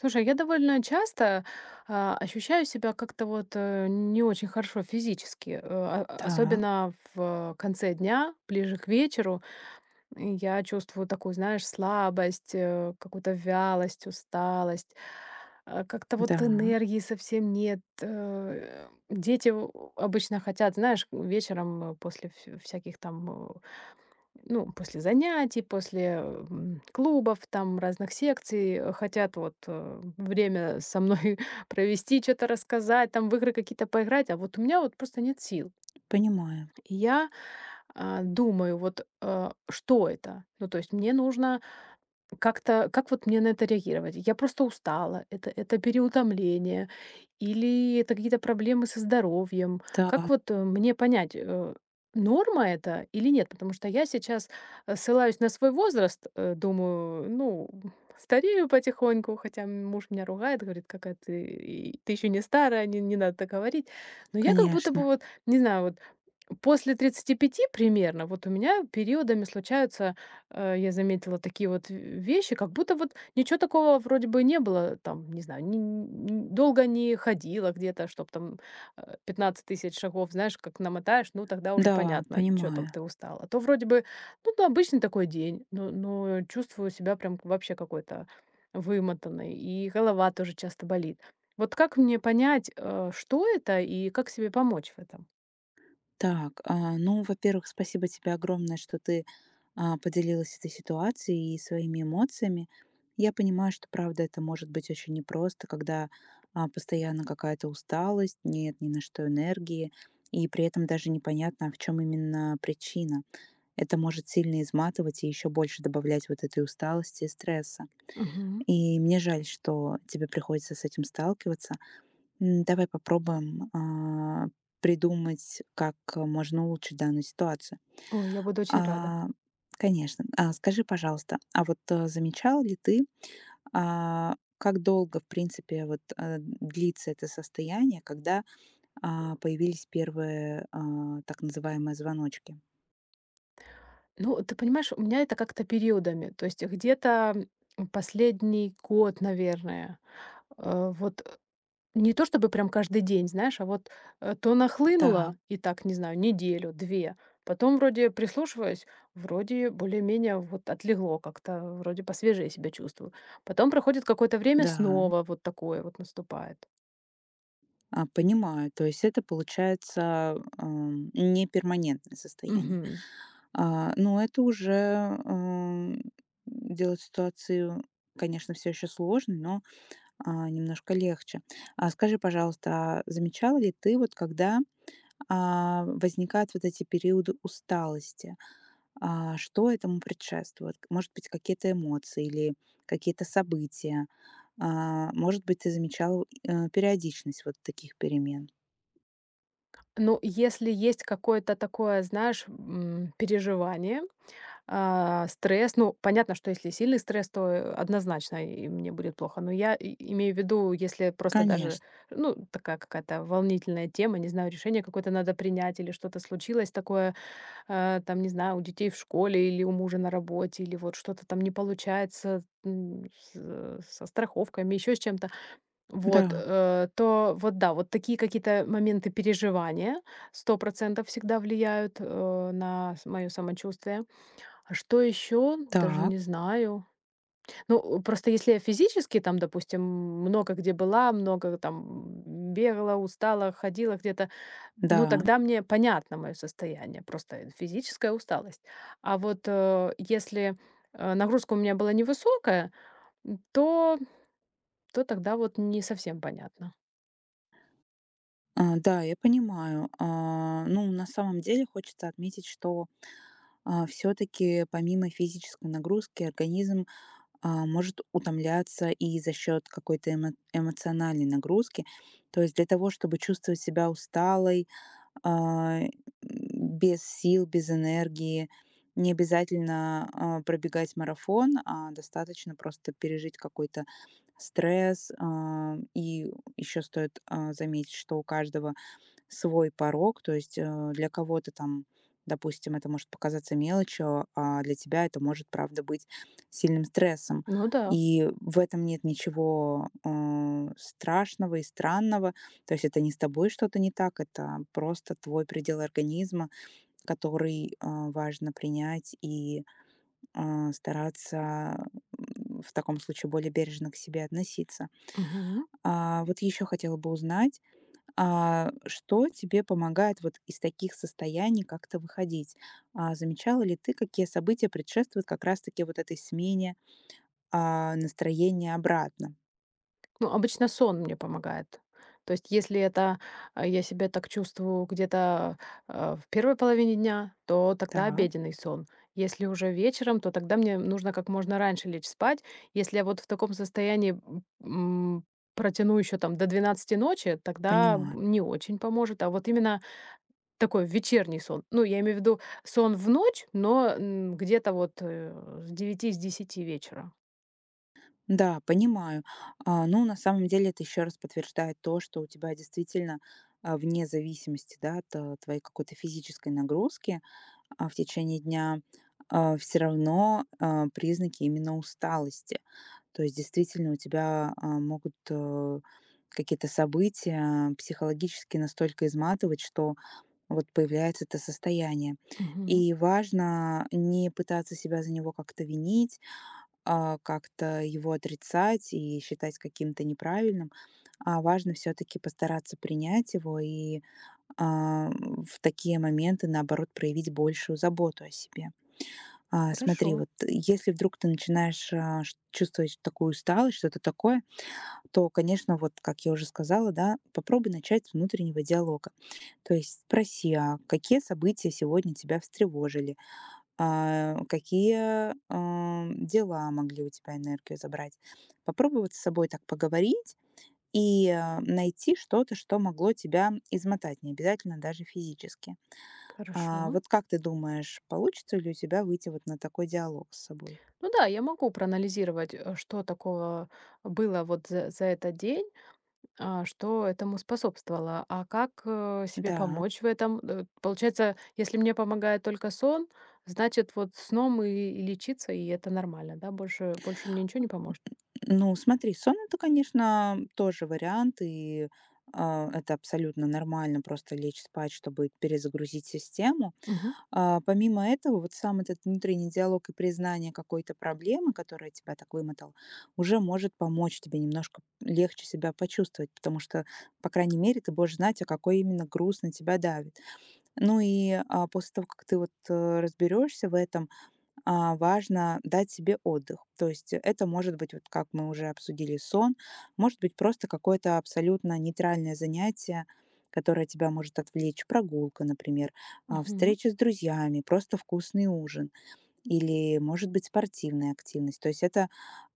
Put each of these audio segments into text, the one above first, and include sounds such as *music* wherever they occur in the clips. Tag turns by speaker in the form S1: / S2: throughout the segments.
S1: Слушай, я довольно часто, а, ощущаю себя как-то вот, не очень хорошо физически, а,
S2: Так,
S1: особенно в конце дня, ближе к вечеру. И я чувствую такую, знаешь, слабость, какую-то вялость, усталость. А, как-то вот
S2: да,
S1: энергии совсем нет. Дети у обычно хотят, знаешь, вечером, после вс всяких там, ну, после занятий, после, клубов, там разных секций, хотят вот, время со мной *laughs* провести, что то рассказать, там в игры какие-то поиграть, а вот у меня вот просто нет сил.
S2: понимаю.
S1: И я, а, думаю, вот, что это? Ну, то есть мне нужно как-то как вот мне на это реагировать? Я просто устала, это переутомление или это какие-то проблемы со здоровьем?
S2: Да,
S1: Как вот, мне понять, норма это или нет? Потому что я сейчас, ссылаюсь на свой возраст, думаю, ну, старею потихоньку, хотя муж меня ругает, говорит: "Какая ты и ты еще не старая, не надо так говорить". Но я как будто бы
S2: конечно.
S1: вот, не знаю, вот после 35 примерно вот у меня периодами случаются, я заметила такие вот в вещи, как будто вот ничего такого вроде бы не было, там, не знаю, ни долго не ходила где-то, чтоб там, 15 тысяч шагов, знаешь, как намотаешь, ну, тогда уже
S2: Да,
S1: понятно, что там
S2: понимаю.
S1: ты устала. А то вроде бы, ну да, обычный такой день, но чувствую себя прям вообще какой-то вымотанной, и голова тоже часто болит. Вот как мне понять, что это и как себе помочь в этом?
S2: Так, ну, во-первых, спасибо тебе огромное, что ты поделилась этой ситуацией и своими эмоциями. Я понимаю, что, правда, это может быть очень непросто, когда постоянно какая-то усталость, нет ни на что энергии, и при этом даже непонятно, а в чем именно причина. Это может сильно изматывать и еще больше добавлять вот этой усталости и стресса.
S1: Мгм.
S2: И мне жаль, что тебе приходится с этим сталкиваться. Давай попробуем придумать, как можно улучшить данную ситуацию.
S1: Ой, я буду очень рада.
S2: А, Конечно. Скажи, пожалуйста, а вот замечал ли ты, как долго, в принципе, вот длится это состояние, когда появились первые так называемые звоночки?
S1: Ну, ты понимаешь, у меня это как-то периодами. То есть где-то последний год, наверное, э, вот э, не то чтобы прям каждый день, знаешь, а вот то
S2: Так,
S1: нахлынуло, и так, не знаю, неделю, две. Потом вроде прислушиваюсь, вроде более-менее вот отлегло как-то, вроде посвежее себя чувствую. Потом проходит какое-то время,
S2: да.
S1: снова вот такое вот наступает.
S2: Понимаю. То есть это получается не перманентное состояние.
S1: Мгм.
S2: Но это уже, эм, делает ситуацию, конечно, все еще сложной, но немножко легче. А скажи, пожалуйста, а замечала ли ты вот, когда возникают вот эти периоды усталости, что этому предшествует? Может быть, какие-то эмоции или какие-то события? Может быть, ты замечала, периодичность вот таких перемен?
S1: Ну, если есть какое-то такое, знаешь, переживание, а, стресс, ну, понятно, что если сильный стресс, то, однозначно и мне будет плохо. Но я и имею в виду, если просто даже,
S2: Конечно,
S1: ну, такая какая-то волнительная тема, не знаю, решение какое-то надо принять или что-то случилось такое, там, не знаю, у детей в школе или у мужа на работе, или вот что-то там не получается, со страховками, еще с чем-то. Вот,
S2: да.
S1: то вот да, вот такие какие-то моменты переживания 100% всегда влияют, на мое самочувствие. А что еще? Даже
S2: Так,
S1: не знаю. Ну, просто если я физически там, допустим, много где была, много там бегала, устала, ходила где-то, ну,
S2: да.
S1: тогда мне понятно мое состояние, просто физическая усталость. А вот если нагрузка у меня была невысокая, м, то, то тогда вот не совсем понятно.
S2: Да, я понимаю. Ну, на самом деле хочется отметить, что все-таки помимо физической нагрузки организм может утомляться и за счет какой-то эмоциональной нагрузки. То есть для того, чтобы чувствовать себя усталой, а, м, без сил, без энергии, не обязательно пробегать марафон, а достаточно просто пережить какой-то стресс. И еще стоит заметить, что у каждого свой порог, то есть, для кого-то там, допустим, это может показаться мелочью, а для тебя это может, правда, быть сильным стрессом.
S1: Ну да.
S2: И в этом нет ничего, страшного и странного. То есть это не с тобой что-то не так, это просто твой предел организма, который, важно принять и, стараться, в таком случае более бережно к себе относиться.
S1: Мгм.
S2: Вот еще хотела бы узнать, что тебе помогает вот из таких состояний как-то выходить? Замечала ли ты, какие события предшествуют как раз-таки вот этой смене настроения обратно?
S1: Ну, обычно сон мне помогает. То есть, если это а, я себя так чувствую где-то а, в первой половине дня, то тогда
S2: Так,
S1: обеденный сон. Если уже вечером, то тогда мне нужно как можно раньше лечь спать. Если я вот в таком состоянии м, протяну еще там до 12 ночи, тогда
S2: понимаю.
S1: не очень поможет. А вот именно такой вечерний сон. Ну, я имею в виду сон в ночь, но где-то вот с 9 с 10 вечера.
S2: Да, понимаю. Ну, на самом деле, это еще раз подтверждает то, что у тебя действительно вне зависимости, да, от, твоей какой-то физической нагрузки, в течение дня, все равно, признаки именно усталости. То есть действительно у тебя могут какие-то события психологически настолько изматывать, что вот появляется это состояние.
S1: Мгм.
S2: И важно не пытаться себя за него как-то винить, как-то его отрицать и считать каким-то неправильным, а важно все таки постараться принять его и, в такие моменты, наоборот, проявить большую заботу о себе.
S1: Хорошо,
S2: Смотри, вот если вдруг ты начинаешь чувствовать такую усталость, что-то такое, то, конечно, вот, как я уже сказала, да, попробуй начать с внутреннего диалога. То есть спроси, а какие события сегодня тебя встревожили, какие дела могли у тебя энергию забрать. Попробуй вот с собой так поговорить и найти что-то, что могло тебя измотать, не обязательно даже физически. А
S1: хорошо.
S2: вот как ты думаешь, получится ли у тебя выйти вот на такой диалог с собой?
S1: Ну да, я могу проанализировать, что такого было вот за этот день, а, что этому способствовало. А как себе
S2: Да,
S1: помочь в этом? Получается, если мне помогает только сон, значит, вот сном и лечиться, и это нормально, да? Больше, больше мне ничего не поможет.
S2: ну смотри, сон это, конечно, тоже вариант, и это абсолютно нормально просто лечь спать, чтобы перезагрузить систему.
S1: Мгм,
S2: Помимо этого, вот сам этот внутренний диалог и признание какой-то проблемы, которая тебя так вымотала, уже может помочь тебе немножко легче себя почувствовать, потому что, по крайней мере, ты будешь знать, а какой именно груз на тебя давит. Ну и после того, как ты вот разберешься в этом, важно дать себе отдых. То есть это может быть, вот как мы уже обсудили, сон, может быть просто какое-то абсолютно нейтральное занятие, которое тебя может отвлечь, прогулка, например,
S1: мгм,
S2: встреча с друзьями, просто вкусный ужин или, может быть, спортивная активность. То есть это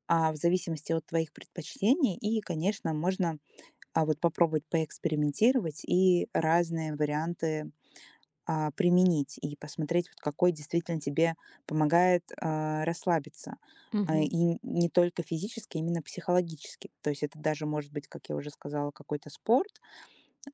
S2: в зависимости от твоих предпочтений и, конечно, можно вот попробовать поэкспериментировать и разные варианты применить и посмотреть, вот какой действительно тебе помогает расслабиться.
S1: мгм.
S2: И не только физически, а именно психологически. То есть это даже может быть, как я уже сказала, какой-то спорт.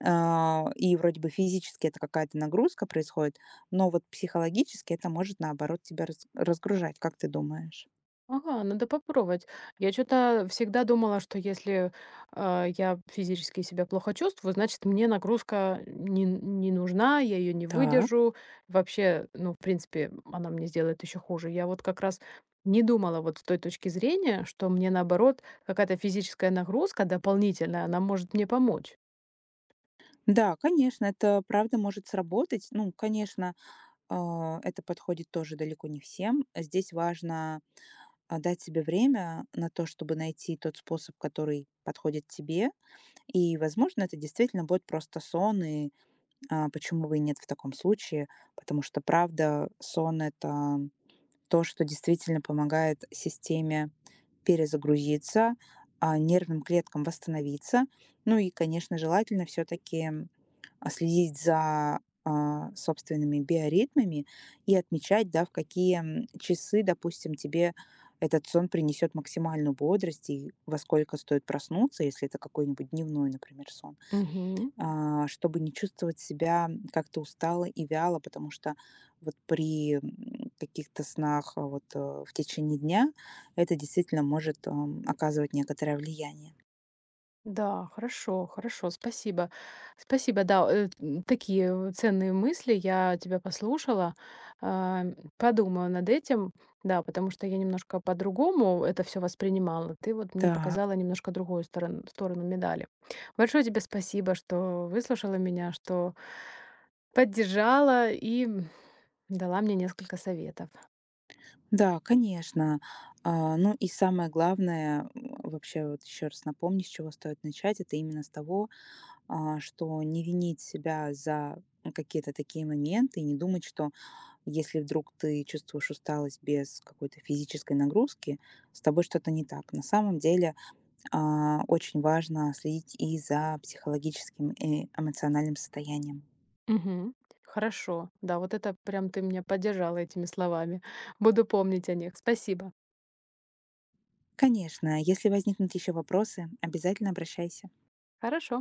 S2: И вроде бы физически это какая-то нагрузка происходит, но вот психологически это может наоборот тебя разгружать, как ты думаешь?
S1: Ага, надо попробовать. Я что то всегда думала, что если, а, я физически себя плохо чувствую, значит, мне нагрузка не нужна, я ее не
S2: Так,
S1: выдержу. Вообще, ну, в принципе, она мне сделает еще хуже. Я вот как раз не думала вот с той точки зрения, что мне, наоборот, какая-то физическая нагрузка дополнительная, она может мне помочь.
S2: да, конечно, это правда может сработать. Ну, конечно, это подходит тоже далеко не всем. Здесь важно дать себе время на то, чтобы найти тот способ, который подходит тебе. И, возможно, это действительно будет просто сон, и почему бы и нет в таком случае, потому что, правда, сон— это то, что действительно помогает системе перезагрузиться, нервным клеткам восстановиться. Ну и, конечно, желательно все-таки следить за собственными биоритмами и отмечать, да, в какие часы, допустим, тебе этот сон принесет максимальную бодрость и во сколько стоит проснуться, если это какой-нибудь дневной, например, сон
S1: Мгм.
S2: чтобы не чувствовать себя как-то устало и вяло, потому что вот при каких-то снах в течение дня это действительно может оказывать некоторое влияние.
S1: Да, хорошо, хорошо, спасибо. Спасибо, да, такие ценные мысли, я тебя послушала, а, подумаю над этим, да, потому что я немножко по-другому это все воспринимала. Ты вот мне
S2: Да,
S1: показала немножко другую сторону, сторону медали. Большое тебе спасибо, что выслушала меня, что поддержала и дала мне несколько советов.
S2: да, конечно. Ну и самое главное, вообще вот еще раз напомню, с чего стоит начать, это именно с того, что не винить себя за какие-то такие моменты, и не думать, что если вдруг ты чувствуешь усталость без какой-то физической нагрузки, с тобой что-то не так. На самом деле очень важно следить и за психологическим и эмоциональным состоянием.
S1: Мгм. Хорошо, да, вот это прям ты меня поддержала этими словами. Буду помнить о них. Спасибо.
S2: Конечно, если возникнут еще вопросы, обязательно обращайся.
S1: Хорошо.